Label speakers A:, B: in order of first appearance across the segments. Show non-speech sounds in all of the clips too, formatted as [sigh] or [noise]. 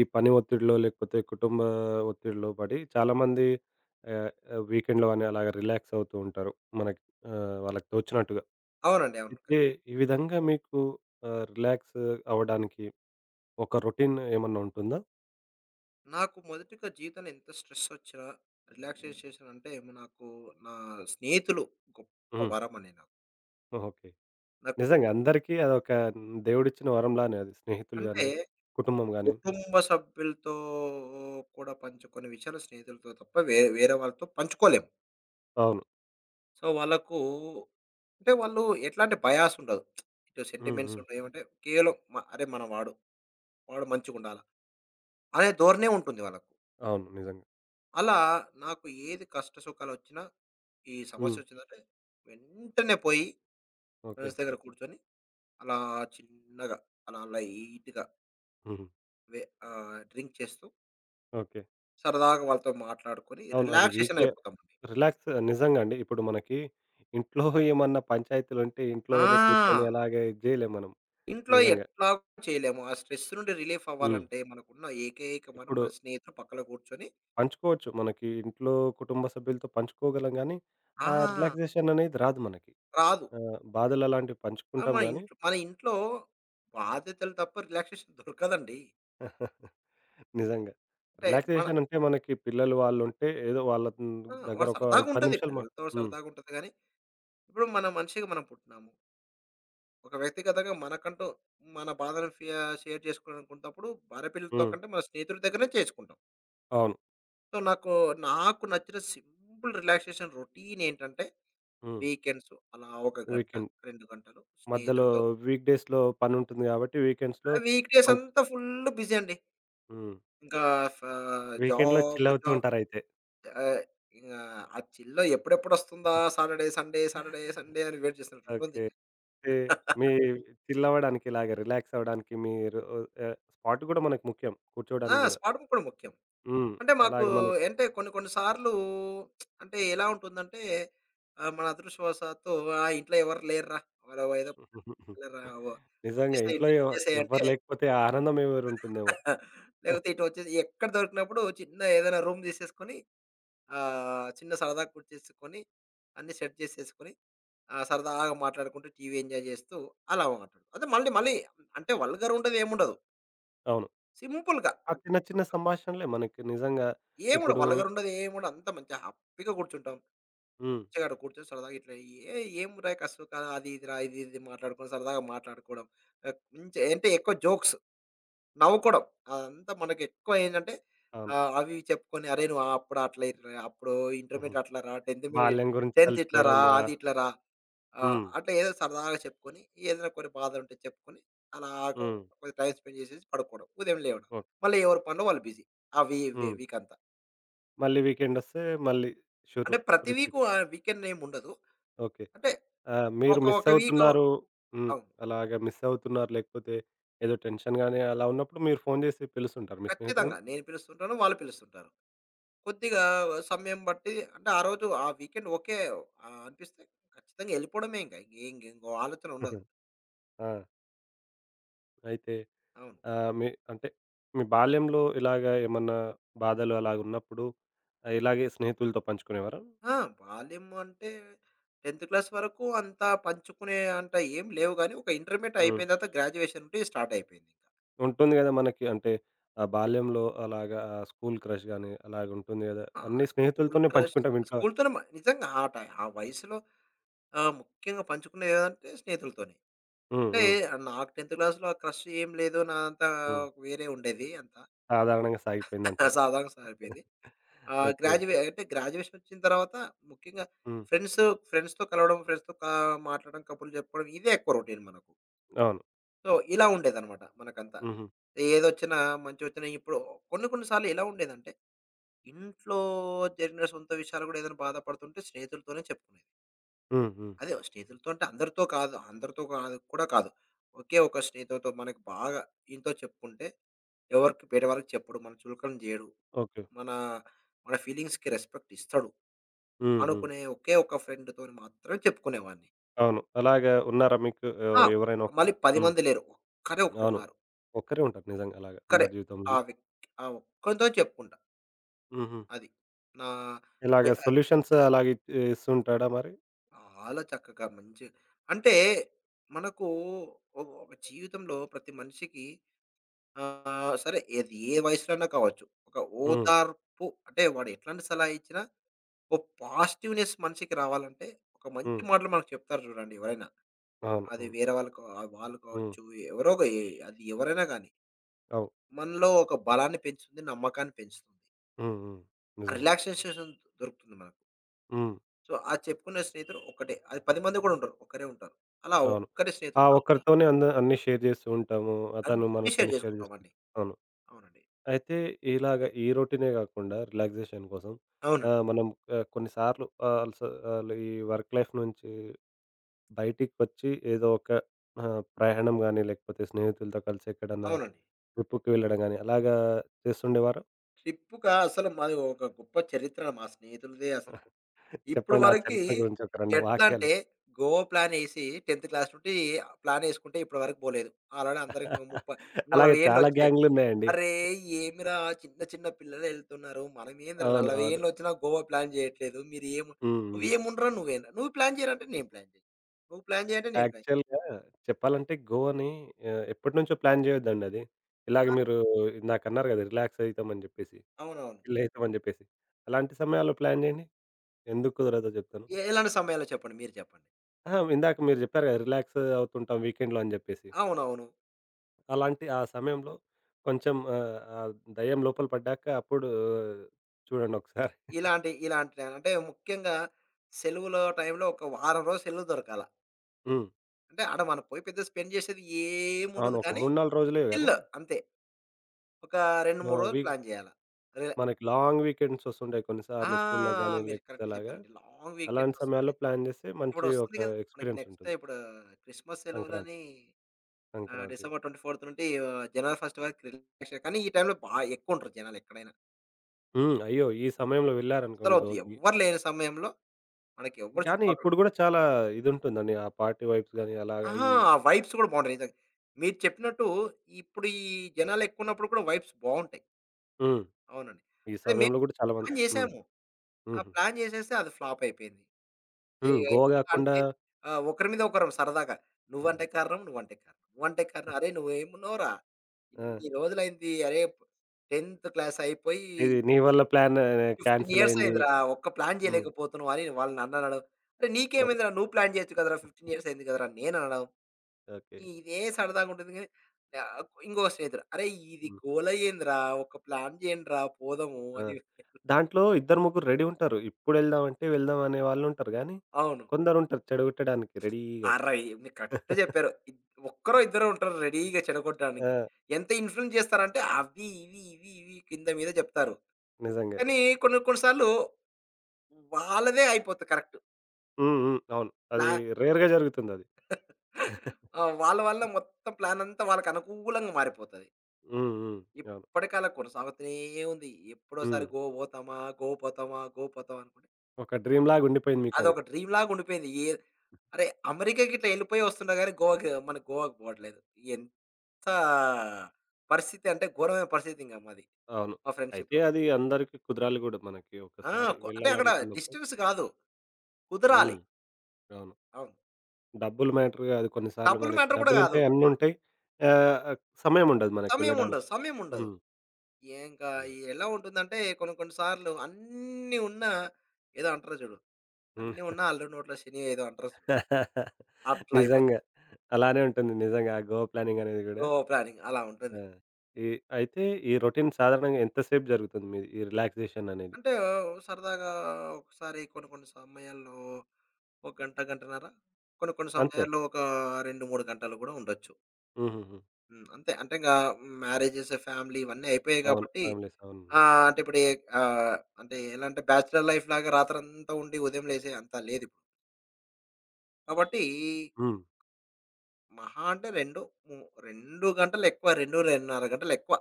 A: ఈ పని ఒత్తిడిలో లేకపోతే కుటుంబ ఒత్తిడిలో పడి చాలామంది ఆహ్, ఆహ్, వీకెండ్‌లో అని అలాగ రిలాక్స్ అవుతూ ఉంటారు. మనకి వాళ్ళకి తోచినట్టుగా.
B: అవునండి. అవును.
A: అయితే ఈ విధంగా మీకు రిలాక్స్ అవ్వడానికి ఒక రొటీన్ ఏమన్నా ఉంటుందా?
B: నాకు మొదటిగా జీవితంలో ఎంత స్ట్రెస్సొచ్చినా, హ్మ్. రిలాక్సేషన్ అంటే నాకు నా స్నేహితులు గొప్ప
A: హ్మ్.
B: వరమండి నాకు.
A: ఓకే.
B: నాకు
A: నిజంగా అందరికీ అదొక దేవుడిచ్చిన వరంలానే అది. స్నేహితులు
B: అంటే
A: గాని, కుటుంబం గాని.
B: కుటుంబ సభ్యులతో కూడా పంచుకునే విషయాలు స్నేహితులతో తప్ప వేరే వాళ్ళతో పంచుకోలేము.
A: అవును.
B: సో, వాళ్ళకు అంటే వాళ్ళు ఎట్లాంటి బయాస్ ఉండదు. ఇటు
A: హ్మ్.
B: సెంటిమెంట్స్
A: హ్మ్.
B: ఉండవు. ఏమంటే కేవలం అరే! మన వాడు. వాడు మంచిగుండాల అనే ధోరణే ఉంటుంది వాళ్ళకు.
A: అవును. నిజంగా.
B: అలా నాకు ఏది కష్ట సుఖాలొచ్చినా, ఈ
A: హ్మ్.
B: సమస్యొచ్చిందంటే వెంటనే పోయి
A: ఓకే.
B: ఫ్రెండ్స్ దగ్గర కూర్చొని అలా చిన్నగా, అలా లైట్‌గా
A: హుహు.
B: వె డ్రింక్ చేస్తూ
A: ఓకే.
B: సరదాగా వాళ్ళతో మాట్లాడుకొని
A: అవును. అది
B: రిలాక్సేషన్ అయిపోతామండి.
A: రిలాక్స్ నిజంగా అండి. ఇప్పుడు మనకి ఇంట్లో [laughs] ఏమన్నా పంచాయతీలుంటే ఇంట్లోనే కూర్చొని
B: ఆ!
A: [laughs] అలాగే ఇది జేయలేం మనం
B: ఇంట్లో
A: నిజంగా.
B: ఎట్లాగో చేయలేము. ఆ స్ట్రెస్ నుండి రిలీఫ్
A: హ్మ్.
B: అవ్వాలంటే మనకున్న ఏకైక వరం
A: ఇప్పుడు
B: మన స్నేహితులు పక్కన కూర్చొని
A: పంచుకోవచ్చు. మనకి ఇంట్లో కుటుంబ సభ్యులతో పంచుకోగలం గానీ,
B: ఆ!
A: ఆ రిలాక్సేషన్ అనేది రాదు మనకి.
B: రాదు.
A: బాధలు అలాంటివి
B: ఆ!
A: పంచుకుంటాం
B: మన
A: గానీ
B: ఇంట్లో మన ఇంట్లో బాధ్యతలు తప్ప రిలాక్సేషన్ దొరకదండి.
A: [laughs] నిజంగా.
B: అంటే మన
A: రిలాక్సేషన్ అంటే మనకి పిల్లలు వాళ్ళుంటే ఏదో వాళ్ళ
B: ఆ!
A: దగ్గర
B: వాడు
A: ఒక 5, 10
B: సరదాగుంటది.
A: నిమిషాలు మా.
B: పిల్లలతో
A: హ్మ్.
B: సరదాగుంటది గానీ, ఇప్పుడు మన మనిషిగా మనం పుట్టినాము. ఒక వ్యక్తిగతంగా మనకంటూ మన బాధను షేర్ చేసుకోవాలనుకున్నప్పుడు భార్య పిల్లలతో
A: హ్మ్.
B: కంటే మన స్నేహితుడి దగ్గరనే చేసుకుంటాం.
A: అవును.
B: సో, నాకు నాకు నచ్చిన సింపుల్ రిలాక్సేషన్ రొటీన్ ఏంటంటే,
A: హ్మ్.
B: వీకెండ్స్ అలా 1 గంట,
A: వీకెండ్
B: 2 గంటలు
A: మధ్యలో
B: స్నేహితుడితో
A: వీక్ డేస్‌లో పనుంటుంది గాబట్టి వీకెండ్స్‌లో
B: వీక్ డేస్
A: మన్
B: అంతా ఫుల్ బిజీ అండి.
A: హ్మ్.
B: ఇంకా ఫ
A: వీకెండ్‌లో
B: జాబ్,
A: చిల్లవుతూ
B: జాబ్
A: ఉంటారయితే.
B: ఆహ్, ఇంగ ఆ చిల్లు ఎప్పుడెప్పుడొస్తుందా సాటర్‌డే, సండే, సాటర్‌డే, సండే అని వెయిట్ చేస్తున్నట్టు ఉంటుంది
A: ఓకే.
B: ఇంక.
A: అంటే మీ చిల్లవ్వడానికి ఇలాగ రిలాక్స్ అవ్వడానికి మీరు స్పాట్ గూడా మనకు ముఖ్యం.
B: ఆ!
A: కూర్చోవడానికి గూడా.
B: స్పాట్ బుక్ కూడా ముఖ్యం.
A: హ్మ్.
B: అంటే మాకు
A: అలాగ మనకి.
B: అంటే కొన్ని కొన్ని సార్లు అంటే ఎలా ఉంటుందంటే మన అదృష్టవశాత్తు ఆ! ఇంట్లో ఎవరు లేరురా! ఎవరో ఏదో
A: [laughs]
B: పనులరా వ
A: నిజంగా
B: వచ్చేసేయి
A: ఇంట్లో
B: ఇంటికొచ్చేసేయి అంటే
A: ఎవ్వరు లేకపోతే ఆ ఆనందం వేరుంటుందేమో.
B: [laughs] లేకపోతే ఇటు వచ్చేసి ఎక్కడ దొరికినప్పుడు చిన్న ఏదైనా రూమ్ తీసేసుకొని చిన్న సరదాగా కుర్చేసేసుకొని అన్నీ సెట్ చేసేసుకొని సరదాగా మాట్లాడుకుంటూ టీవీ ఎంజాయ్ చేస్తూ అలా అదే మళ్ళీ మళ్ళీ అంటే వల్గర్ ఉండదు ఏముండదు.
A: అవును.
B: సింపుల్‌గా.
A: ఆ చిన్న చిన్న సంభాషణలే మనకి నిజంగా
B: ఏం గూడా
A: ఇప్పుడు.
B: వల్గరుండదు. ఏం గూడా అంతా మంచిగా హ్యాపీగా కూర్చుంటాం.
A: హ్మ్.
B: మంచిగా ఆడ కూర్చొని సరదాగా ఇట్లా ఏ ఏంరా కసువు కాదు అది ఇదిరా ఇది ఇది మాట్లాడుకొని సరదాగా మాట్లాడుకోవడం. మంచి అంటే ఎక్కువ జోక్స్ నవ్వుకోవడం. అదంతా మనకి ఎక్కువ ఏంటంటే
A: అవును.
B: అవి చెప్పుకొని అరే! నువ్వు అప్పుడు అట్లా ఇట్లా రా, అప్పుడు
A: హుహు.
B: ఇంటర్మీడియేట్ అట్లా రా,
A: బాల్యం గురించి
B: 10థ్ ఇట్లా రా,
A: తలుచుకోవడం
B: అది ఇట్లా రా.
A: హ్మ్.
B: అట్లా ఏదో సరదాగా చెప్పుకొని ఏదైనా కొన్ని బాధలుంటే చెప్పుకొని అలా
A: హ్మ్.
B: టైమ్ స్పెండ్ చేసేసి పడుకోవడం. ఉదయం లేవడం.
A: ఓకే.
B: మళ్ళీ ఎవరి పనిలో వాళ్ళు బిజీ. ఆ వీ వీ
A: హ్మ్.
B: వీకంతా.
A: మళ్ళీ వీకెండొస్తే మళ్ళీ షురు.
B: అంటే ప్రతి వీకు
A: రిపీట్.
B: వీకెండ్ ఏముండదు.
A: ఓకే.
B: అంటే
A: ఆ! మీరు
B: ఒక ఒక వీకు
A: మిస్సవుతున్నారు. హ్మ్.
B: అవును.
A: అలాగా మిస్సవుతున్నారు లేకపోతే ఏదో టెన్షన్ గాని అలా ఉన్నప్పుడు మీరు ఫోను జేసి పిలుస్తుంటారు మీ
B: ఖచ్చితంగా.
A: స్నేహితుల్ని?
B: నేను పిలుస్తుంటాను. వాళ్ళు పిలుస్తుంటారు. కొద్దిగా సమయం బట్టి అంటే ఆ రోజు ఆ వీకెండ్ ఓకే. అనిపిస్తే ఖచ్చితంగా ఎళ్ళిపోవడమే ఇంక. ఇంకేం ఇంకో ఆలోచన ఉండదు.
A: ఆ! అయితే
B: అవును.
A: మీ అంటే మీ బాల్యంలో ఇలాగ ఏమన్నా బాధలు అలాగున్నప్పుడు ఇలాగే స్నేహితులతో పంచుకునేవారా?
B: ఆ! బాల్యం అంటే 10థ్ క్లాస్ వరకు అంతా పంచుకునే అంత ఏం లేవు గానీ, ఒక ఇంటర్మీడియేట్
A: హ్మ్.
B: అయిపోయిన తర్వాత గ్రాడ్యుయేషన్ నుండి స్టార్ట్ అయిపోయింది.
A: ఉంటుంది గదా! మనకి అంటే ఆ బాల్యంలో అలాగా స్కూలు క్రష్ గాని అలాగుంటుంది గదా!
B: ఆ!
A: అన్నీ
B: స్కూల్
A: స్నేహితులతోనే
B: క్రష్
A: పంచుకుంటాం ఇంట్లో వాళ్ళు.
B: స్కూల్‌తోనే నిజంగా ఆ వయసులో ముఖ్యంగా పంచుకునేదంటే స్నేహితులతోనే.
A: హ్మ్.
B: అంటే
A: హ్మ్.
B: నాకు 10థ్ క్లాస్‌లో ఆ క్రష్ ఏం లేదు. నాదంతా
A: హ్మ్.
B: వేరే ఉండేది అంతా.
A: సాధారణంగా
B: [laughs]
A: సాగిపోయిందంటారు.
B: సాధారణంగా సాగిపోయింది. ఆహ్,
A: ఓకే.
B: గ్రాడ్యుయే అంటే గ్రాడ్యుయేషన్ వచ్చిన తర్వాత ముఖ్యంగా
A: హ్మ్.
B: ఫ్రెండ్స్ ఫ్రెండ్స్‌తో కలవడం, ఫ్రెండ్స్‌తో కా మాట్లాడడం, కబుర్లు చెప్పుకోవడం ఇదే ఎక్కువ రొటీన్ మనకు.
A: అవును.
B: సో, ఇలా ఉండేదనమాట మనకంతా.
A: హుహు.
B: ఏదొచ్చినా మంచొచ్చినా ఇప్పుడు కొన్ని కొన్ని సార్లు ఎలా ఉండేదంటే ఇంట్లో జరిగిన సొంత విషయాలు కూడా ఏదైనా బాధపడుతుంటే స్నేహితులతోనే చెప్పుకునేది.
A: హ్మ్. హ్మ్.
B: అదే స్నేహితులతో అంటే అందరితో కాదు. అందరితో కాదు కూడా కాదు. ఒకే ఒక స్నేహితుడితో మనకు బాగా ఈయనతో చెప్పుకుంటే ఎవరికి బయట వాళ్ళకి చెప్పడు. మన చులకన జేయడు.
A: ఓకే.
B: మన మన ఫీలింగ్స్‌కి రెస్పెక్ట్ ఇస్తాడు.
A: హ్మ్. హ్మ్.
B: అనుకునే ఒకే ఒక ఫ్రెండ్‌తోని మాత్రమే చెప్పుకునేవాడిని.
A: అవును. అలాగా ఉన్నారా మీకు
B: ఆ!
A: ఎవరైనా ఒకరు?
B: మళ్ళీ 10
A: హ్మ్.
B: మంది లేరు. ఒక్కరే
A: అవును.
B: ఒకరున్నారు.
A: ఒక్కరే ఉంటారు నిజంగా అలాగా
B: ఒక్కరే.
A: అందరి
B: ఆ
A: జీవితంలోనూ.
B: వ్యక్తి ఆ ఒక్కనితోనే చెప్పుకుంటా.
A: హుహు.
B: అది. నా ఎ
A: ఇలాగ
B: ఆహ్,
A: సొల్యూషన్స్ అలాగే ఇస్తుంటాడా మరి?
B: చాలా చక్కగా మంచిగా అంటే మనకు ఒక జీవితంలో ప్రతి మనిషికి సరే ఏది ఏ వయసులో అయినా కావచ్చు. ఒక
A: హ్మ్.
B: ఓదార్పు అంటే వాడు ఎట్లాంటి సలహా ఇచ్చినా ఒక పాజిటివ్‌నెస్ మనిషికి రావాలంటే, ఒక మంచి
A: హ్మ్.
B: మాటలు మనకు చెప్తారు చూడండి ఎవరైనా.
A: అవును.
B: అది
A: అవును.
B: వేరే వాళ్ళు కా వాళ్ళు
A: హ్మ్.
B: కావచ్చు, ఎవరో ఒక ఏ అది ఎవరైనా గానీ,
A: అవు
B: మనలో ఒక బలాన్ని పెంచుతుంది, నమ్మకాన్ని పెంచుతుంది.
A: హ్మ్. హ్మ్. నిజంగా.
B: రిలాక్సేషన్ దొరుకుతుంది మనకు.
A: హ్మ్.
B: సో, అది చెప్పుకునే స్నేహితుడు ఒక్కటే. అది 10 మంది కూడా ఉండరు. ఒక్కరే ఉంటారు. అలా
A: అవును.
B: ఒక్కరి
A: ఆ
B: స్నేహితుడు కాకుండా
A: ఒక్కరితోనే అన్నీ షేర్ చేస్తూ ఉంటాము. అతను
B: అన్నీ షేర్
A: మనతోని షేర్
B: చేసుకుంటామండి.
A: చేసుకుంటాడు. అవును.
B: అవునండి.
A: అయితే ఇలాగ ఈ రొటీనే గాకుండా రిలాక్సేషన్ కోసం
B: అవునండి.
A: మనం కొన్ని సార్లు ఈ వర్క్ లైఫ్ నుంచి బయటికొచ్చి ఏదో ఒక ప్రయాణం గాని, లేకపోతే స్నేహితులతో కలిసి ఎక్కడన్నా
B: అవునండి.
A: ట్రిప్‌కి వెళ్ళడం గాని, అలాగా చేస్తుండేవారా?
B: ట్రిప్పుకా అసలు మాది ఒక గొప్ప చరిత్ర మా స్నేహితులదే అసలు. ఇప్పుడు
A: చెప్పండి ఆ
B: వరకి
A: చరిత్ర గురించి ఒక 2
B: ఎట్లా
A: వాక్యాలు.
B: అంటే, గోవా ప్లానేసి 10థ్ క్లాస్ నుండి ప్లానేసుకుంటే ఇప్పటి వరకు పోలేదు. ఆల్రెడీ అందరికి 30,
A: అలాగే
B: 40
A: చాలా
B: ఏండ్లొచ్చాయి.
A: గ్యాంగులున్నాయండి.
B: "అరేయ్! ఏమిరా చిన్న చిన్న పిల్లలెళ్తున్నారు. మనమేందిరా
A: అవును.
B: 40
A: అవును.
B: ఏండ్లొచ్చినా గోవా ప్లాన్ చేయట్లేదు. మీరేమి
A: హ్మ్. హ్మ్.
B: నువ్వేముండ్రా నువ్వేండ్రా? నువ్వు ప్లాన్ చేయరంటే నేను ప్లాన్ చేయను. నువ్వు ప్లాన్ చేయంటే నేను ప్లాన్."
A: యాక్చువల్‌గా చెప్పాలంటే గోవాని ఎప్పటినుంచో ప్లాన్ చేయొద్దండది. ఇలాగ
B: ఆ!
A: మీరు ఇందాకన్నారు గదా! రిలాక్స్ అయితామని జెప్పేసి,
B: అవునవును.
A: చిల్లయితామని జెప్పేసి. అలాంటి సమయాల్లో ప్లాన్ జేయండి. ఎందుకు కుదరదో జెప్తాను.
B: ఎలాంటి సమయాల్లో చెప్పండి? మీరు చెప్పండి.
A: అహా! ఇందాక మీరు జెప్పారు గదా! రిలాక్స్ అవుతుంటాం వీకెండ్‌లో అని జెప్పేసి.
B: అవునవును.
A: అలాంటి ఆ సమయంలో కొంచెం ఆ దెయ్యం లోపల పడ్డాక అప్పుడు చూడండి ఒకసారి.
B: ఇలాంటి ఇలాంటి అంటే ముఖ్యంగా సెలవుల టైంలో ఒక వారం రోజులు సెలవు దొరకాల.
A: హ్మ్.
B: అంటే ఆడ మనం పోయి పెద్ద స్పెండ్ చేసేది
A: అవును.
B: ఏముండదు
A: ఒక
B: కానీ,
A: 3, 4 రోజులే గానీ
B: చిల్ అంతే. ఒక 2, 3
A: ఆహ్,
B: రోజులు
A: వీక్
B: ప్లాన్ చేయాలా. రిలా
A: మనకి లాంగ్ వీకెండ్స్ వస్తుంటాయి
B: ఆ!
A: కొన్నిసార్లు స్కూల్‌లో గానీ,
B: మీరు
A: లేకపోతే
B: కరెక్ట్
A: అలాగా.
B: చెప్పారండి. లాంగ్ వీకెండ్స్
A: అలాంటి
B: వస్తుంది.
A: సమయాల్లో ప్లాన్ చేస్తే మంచి ఒక
B: ఇప్పుడొస్తుంది కదా! మనకి
A: ఎక్స్‌పీరియన్స్
B: నెక్స్ట్
A: ఉంటుంది.
B: ఇప్పుడు క్రిస్మస్
A: సంక్రాంతి,
B: సెలవులని
A: సంక్రాంతి.
B: డిసెంబర్ 24 నుండి జనవరి 1 వరకు రిలాక్సేషన్. కానీ ఈ టైంలో ఎక్కువుంటారు జనాలు ఎక్కడైనా.
A: హ్మ్. అయ్యో! ఈ సమయంలో
B: అసలు
A: వెళ్లారనుకోండి
B: వద్దు,
A: గోవాకి.
B: ఎవ్వరు లేని సమయంలో మనకి ఎవ్వరు
A: గానీ
B: చుట్టుపక్కల
A: ఇప్పుడు గూడా చాలా ఇదుంటుందండి. ఆ పార్టీ వైబ్స్ గానీ అలాగా
B: ఆహా!
A: ఈ.
B: ఆ వైబ్స్ కూడా బావుంటాయి నిజంగా. మీరు చెప్పినట్టు ఇప్పుడు ఈ జనాలెక్కువున్నప్పుడు కూడా వైబ్స్ బావుంటాయి.
A: హ్మ్.
B: అవునండి.
A: ఈ
B: అదే మేము
A: సమయంలో గూడా చాలా మంది.
B: ప్లాన్
A: హ్మ్.
B: చేసాము. ఆ!
A: హుహు.
B: ప్లాన్ చేసేస్తే అది ఫ్లాప్ అయిపోయింది.
A: హ్మ్.
B: ఇగ
A: గోవా
B: ఎట్లా
A: గాకుండా
B: అంటే ఒకరి మీద ఒకరం సరదాగా "నువ్వంటే కారణం, నువ్వంటే కారణం, నువ్వంటే కారణం. అరేయ్! నువ్వేమున్నావురా?
A: ఆ!
B: ఇన్ని రోజులైంది. అరే! 10థ్ క్లాస్ అయిపోయి
A: ఇది నీ వల్ల ప్లాన్
B: 15
A: క్యాన్సిల్
B: ఇయర్స్
A: అయింది.
B: అయిందిరా. ఒక్క ప్లాన్
A: హ్మ్.
B: చేయలేకపోతున్నావు" అని వాళ్ళు నన్ననడం. "అరే!
A: ఓకే.
B: నీకేమైందిరా? నువ్వు ప్లాన్ చేయొచ్చు కదరా! 15 ఇయర్స్ అయింది కదరా!" నేననడం.
A: ఓకే.
B: ఇదే సరదాగా ఉంటుంది గానీ ఆహ్, ఇంకొక స్నేహితుడు "అరేయ్! ఇది
A: హ్మ్.
B: గోల ఏందిరా? ఒక ప్లాన్ చేయండిరా పోదాము"
A: ఆ!
B: అని
A: దాంట్లో ఇద్దరు ముగ్గురు రెడీ ఉంటారు. ఇప్పుడెళ్దామంటే వెళ్దాం అనే వాళ్ళుంటారు గానీ,
B: అవును.
A: కొందరుంటారు చెడగొట్టడానికి రెడీగా.
B: అరయ్! మీరు కరెక్ట్ జెప్పారు. ఒక్కరో, ఇద్దరో ఉంటారు రెడీగా చెడగొట్టడానికి.
A: ఆ!
B: ఎంత ఇన్‌ఫ్లుయెన్స్ జేస్తారంటే అవి, ఇవి, ఇవి, ఇవి కింద మీద జెప్తారు.
A: నిజంగా.
B: కానీ కొన్ని కొన్ని సార్లు వాళ్ళదే అయిపోతది కరెక్ట్.
A: హ్మ్. హ్మ్. అవును.
B: ప్లా
A: అది రేర్‌గా జరుగుతుందది.
B: ఆ!
A: [laughs]
B: వాళ్ళ వల్ల మొత్తం ప్లానంతా వాళ్ళకనుకూలంగా మారిపోతది.
A: హ్మ్. హ్మ్. అవును.
B: ఇప్పటికలా కొనసాగుతూనే ఉంది. ఎప్పుడోసారి
A: హ్మ్.
B: గోవా బోతామా, గోవా పోతామా, గోవా పోతామా అనుకుంటే
A: ఒక డ్రీమ్‌లాగా ఉండిపోయింది మీకది.
B: అదొక డ్రీమ్‌లాగా ఉండిపోయింది. అరే! అమెరికాకి ఇట్లా ఎళ్ళిపోయి వస్తున్నా గానీ గోవాకి మన గోవాకి పోవట్లేదు. ఎంత ఆ! పరిస్థితి అంటే ఘోరమైన పరిస్థితి ఇంక మాది.
A: అవును.
B: మా
A: అయితే
B: ఫ్రెండ్‌షిప్‌లో.
A: అది అందరికి కుదరాలి గూడా మనకి
B: ఆ!
A: ఒకసారి
B: అంటే అక్కడ
A: వెళ్ళాలనుకున్నప్పుడు.
B: డిస్టెన్స్ కాదు. కుదరాలి.
A: హ్మ్. అవును.
B: అవును.
A: డబ్బులు మ్యాటర్ కాదు కొన్నిసార్లు
B: డబ్బులు
A: మనకి.
B: మ్యాటర్ కూడా కాదు.
A: డబ్బులుంటాయి, అన్నుంటాయి. ఆహ్, సమయం ఉండదు మనకి
B: సమయం ఉండదు.
A: వెళ్ళడానికి.
B: సమయం ఉండదు.
A: హ్మ్.
B: ఇంకా
A: అలాగ.
B: ఎలా ఉంటుందంటే కొన్ని కొన్ని సార్లు అన్నీ ఉన్నా ఏదో అంటారు చూడు.
A: హ్మ్.
B: అన్నీ ఉన్నా అల్లుడి నోట్లో శని ఏదో అంటారు చూడు.
A: [laughs]
B: అట్లా అయిపోతుంది.
A: నిజంగా. అలానే ఉంటుంది నిజంగా. ఆ గోవా ప్లానింగ్ అనేది గూడా.
B: గో ప్లానింగ్ అలా ఉంటుంది.
A: ఆ! ఈ అయితే ఈ రొటీన్ సాధారణంగా ఎంతసేపు జరుగుతుంది మీది? ఈ రిలాక్సేషన్ అనేది?
B: అంటే సరదాగా ఒకసారి కొన్ని కొన్ని సమయాల్లో ఒక గంట, గంటన్నర కొన్ని కొన్ని
A: అంతే.
B: సమయాల్లో ఒక 2, 3 గంటలు కూడా ఉండొచ్చు.
A: హుహుహు.
B: హ్మ్. అంతే. అంటే ఇంగా మ్యారేజెస్, ఫ్యామిలీ ఇవన్నీ అయిపోయాయి
A: అవును.
B: గాబట్టి
A: ఫ్యామిలీస్ అవునండి.
B: ఆ! అంటే ఇప్పుడు ఆహ్, అంటే ఎలా అంటే బ్యాచిలర్ లైఫ్ లాగా రాత్రంతా ఉండి ఉదయం లేసే అంత లేదిప్పుడు. కాబట్టి
A: హ్మ్.
B: మహా అంటే 2 ము 2 గంటలెక్కువ 2, 2:30 గంటలెక్కువ.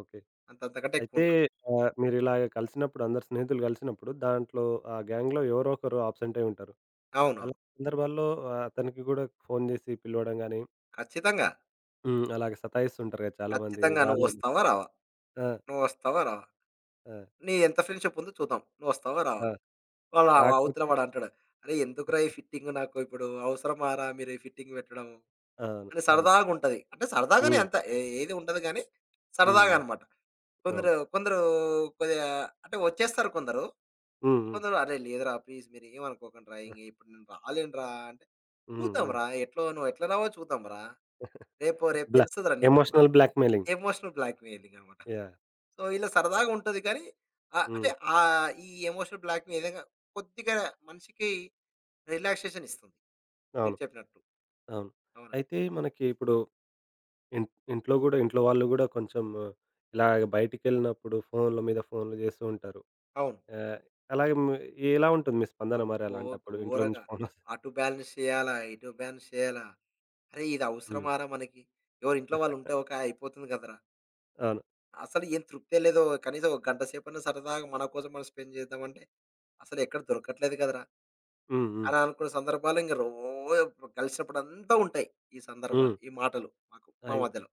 A: ఓకే.
B: అంత అంతకంటే
A: అయితే
B: ఎక్కువుండదు.
A: మీరిలాగ కలిసినప్పుడు అందరు స్నేహితులు కలిసినప్పుడు దాంట్లో ఆ గ్యాంగ్‌లో ఎవరో ఒకరు అబ్సెంట్ అయ్యి ఉంటారు.
B: అవునవును.
A: అలాంటి సందర్భాల్లో అతనికి గూడా ఫోను జేసి పిలవడం గాని,
B: ఖచ్చితంగా.
A: హ్మ్. అలాగ సతాయిస్తుంటారు గదా! చాలామంది
B: ఖచ్చితంగా.
A: రాలేము.
B: నువ్వొస్తావా? రావా?
A: ఆ!
B: నువ్వొస్తావా? రావా?
A: ఆ!
B: నీ ఎంత ఫ్రెండ్‌షిప్ ఉందో చూద్దాం. నువ్వొస్తావా? రావా?
A: ఆ!
B: వాడు అవతల
A: రాకపోతే
B: వాడంటాడు. "అరే! ఎందుకురా ఈ ఫిట్టింగ్ నాకు ఇప్పుడు అవసరమారా మీరు ఈ ఫిట్టింగ్ పెట్టడం?"
A: అవును.
B: అంటే
A: అవును.
B: సరదాగుంటది. అంటే సరదాగానే
A: హ్మ్.
B: అంత ఏది ఉండదు గానీ,
A: హ్మ్.
B: సరదాగా
A: హ్మ్.
B: అనమాట.
A: అవును.
B: కొందరు కొందరు కొద్దిగా అంటే వచ్చేస్తారు కొందరు.
A: హ్మ్. హ్మ్.
B: కొందరు "అరే! లేదురా ప్లీజ్ మీరేమనుకోకండిరా
A: ఆ!
B: ఇంగ ఇప్పుడు నేను రాలేనురా" అంటే,
A: హ్మ్. హ్మ్.
B: "చూద్దాంరా ఎట్లో నువ్వు ఎట్లా రావో చూద్దాంరా. రేపో రేపు
A: బ్లా
B: తెలుస్తదిరా నీకు" మరి
A: ఎమోషనల్ బ్లాక్‌మెయిలింగ్.
B: ఎమోషనల్ బ్లాక్‌మెయిలింగ్ అనమాట.
A: యాహ్!
B: సో, ఇలా సరదాగా ఉంటది కానీ, ఆహ్, అంటే
A: హ్మ్.
B: ఈ ఎమోషనల్ బ్లాక్‌మెయిలింగ్ కొద్దిగా మనిషికి రిలాక్సేషన్ ఇస్తుంది. మీరు
A: అవును.
B: చెప్పినట్టు.
A: అవును.
B: అవునండి.
A: అయితే మనకి ఇప్పుడు ఇం ఇంట్లో గూడా ఇంట్లో వాళ్ళు గూడా కొంచెం ఇలాగ బయటికెళ్ళినప్పుడు ఫోనుల మీద ఫోనులు జేస్తూ ఉంటారు.
B: అవును.
A: ఆహ్, అలాగే మీ ఎలా ఉంటుంది మీ స్పందన మరి
B: అబ్బో!
A: అలాంటప్పుడు ఇంట్లో
B: ఘోరంగా.
A: నుంచి ఫోనొస్తే?
B: అటు బ్యాలెన్స్ చేయాలా, ఇటు బ్యాలెన్స్ చేయాలా. అరే! ఇది
A: హ్మ్.
B: అవసరమారా మనకి? ఎవరి ఇంట్లో వాళ్ళు ఉంటే ఓకే అయిపోతుంది కదరా!
A: అవును.
B: అసలు ఏం తృప్తే లేదు. కనీసం ఒక గంట సేపన్నా సరదాగా మన కోసం మనం స్పెండ్ చేద్దామంటే, అసలు ఎక్కడ దొరకట్లేదు కదరా!
A: హ్మ్. హ్మ్.
B: అని అనుకున్న సందర్భాలు ఇంక రోజు కలిసినప్పుడంతా ఉంటాయి. ఈ సందర్భాలు,
A: హ్మ్.
B: ఈ మాటలు మాకు మా
A: అయి
B: మధ్యలో.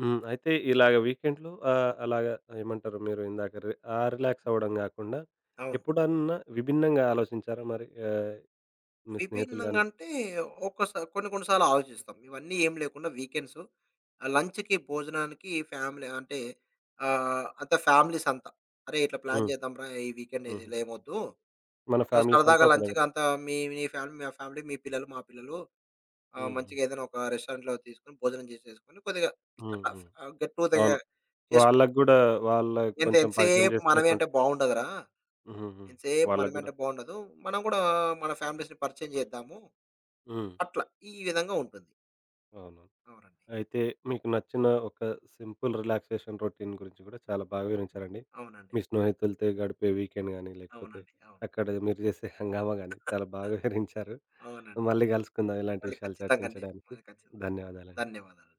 A: హ్మ్. అయితే ఇలాగ వీకెండ్‌లో అలాగా ఏమంటారు మీరు ఇందాక ఆ రిలాక్స్ అవ్వడం గాకుండా
B: అవును.
A: ఎప్పుడన్నా విభిన్నంగా ఆలోచించారా మరి? మీ స్నేహితులు
B: విభిన్నంగా
A: గాని.
B: అంటే కొన్ని కొన్ని సార్లు ఆలోచిస్తాం. ఇవన్నీ ఏం లేకుండా వీకెండ్స్ లంచ్‌కి, భోజనానికి ఫ్యామిలీ అంటే అంత ఫ్యామిలీస్ అంతా. "అరే! ఇట్లా ప్లాన్
A: హ్మ్.
B: చేద్దాంరా ఈ వీకెండ్ ఇది
A: హుహు.
B: లేమొద్దు.
A: మన ఫ్యామిలీస్ అంతా
B: సరదాగా
A: ఒక దగ్గర.
B: లంచ్‌కి అంతా మీ మీ ఫ్యామిలీ, మా ఫ్యామిలీ, మీ పిల్లలు, మా పిల్లలు
A: హ్మ్. హ్మ్.
B: మంచిగా ఏదైనా ఒక రెస్టారెంట్‌లో తీసుకొని భోజనం చేసేసుకొని కొద్దిగా
A: హ్మ్.
B: అట్లా
A: హ్మ్.
B: గెట్
A: అవును.
B: టుగెదర్ చేసుకుంటాం.
A: వాళ్ళకి గూడా వాళ్ళకి
B: ఎంత
A: కొంచెం పరిచయం
B: ఎంతసేపు
A: చేసినట్టు.
B: మనమే అంటే బావుండదురా!
A: హ్మ్. హ్మ్.
B: ఎంతసేపు
A: వాళ్ళకి
B: మనమే
A: గూడా.
B: అంటే బావుండదు. మనం కూడా మన ఫ్యామిలీస్‌ని పరిచయం చేద్దాము."
A: హ్మ్.
B: అట్లా. ఈ విధంగా ఉంటుంది.
A: అవును.
B: అవునండి.
A: అయితే మీకు నచ్చిన ఒక సింపుల్ రిలాక్సేషన్ రొటీన్ గురించి కూడా చాలా బాగా వివరించారండి.
B: అవునండి.
A: మీ స్నేహితులతో గడిపే వీకెండ్ గానీ, లేకపోతే
B: అవునండి. అవును.
A: అక్కడ మీరు చేసే హంగామా గానీ చాలా బాగా వివరించారు.
B: అవునండి.
A: మళ్ళీ కలుసుకుందాం ఇలాంటి
B: మళ్ళీ
A: విషయాలు
B: ఖచ్చితంగా అండి.
A: చర్చించడానికి.
B: మళ్ళీ ఖచ్చితంగా.
A: ధన్యవాదాలండి.
B: ధన్యవాదాలు.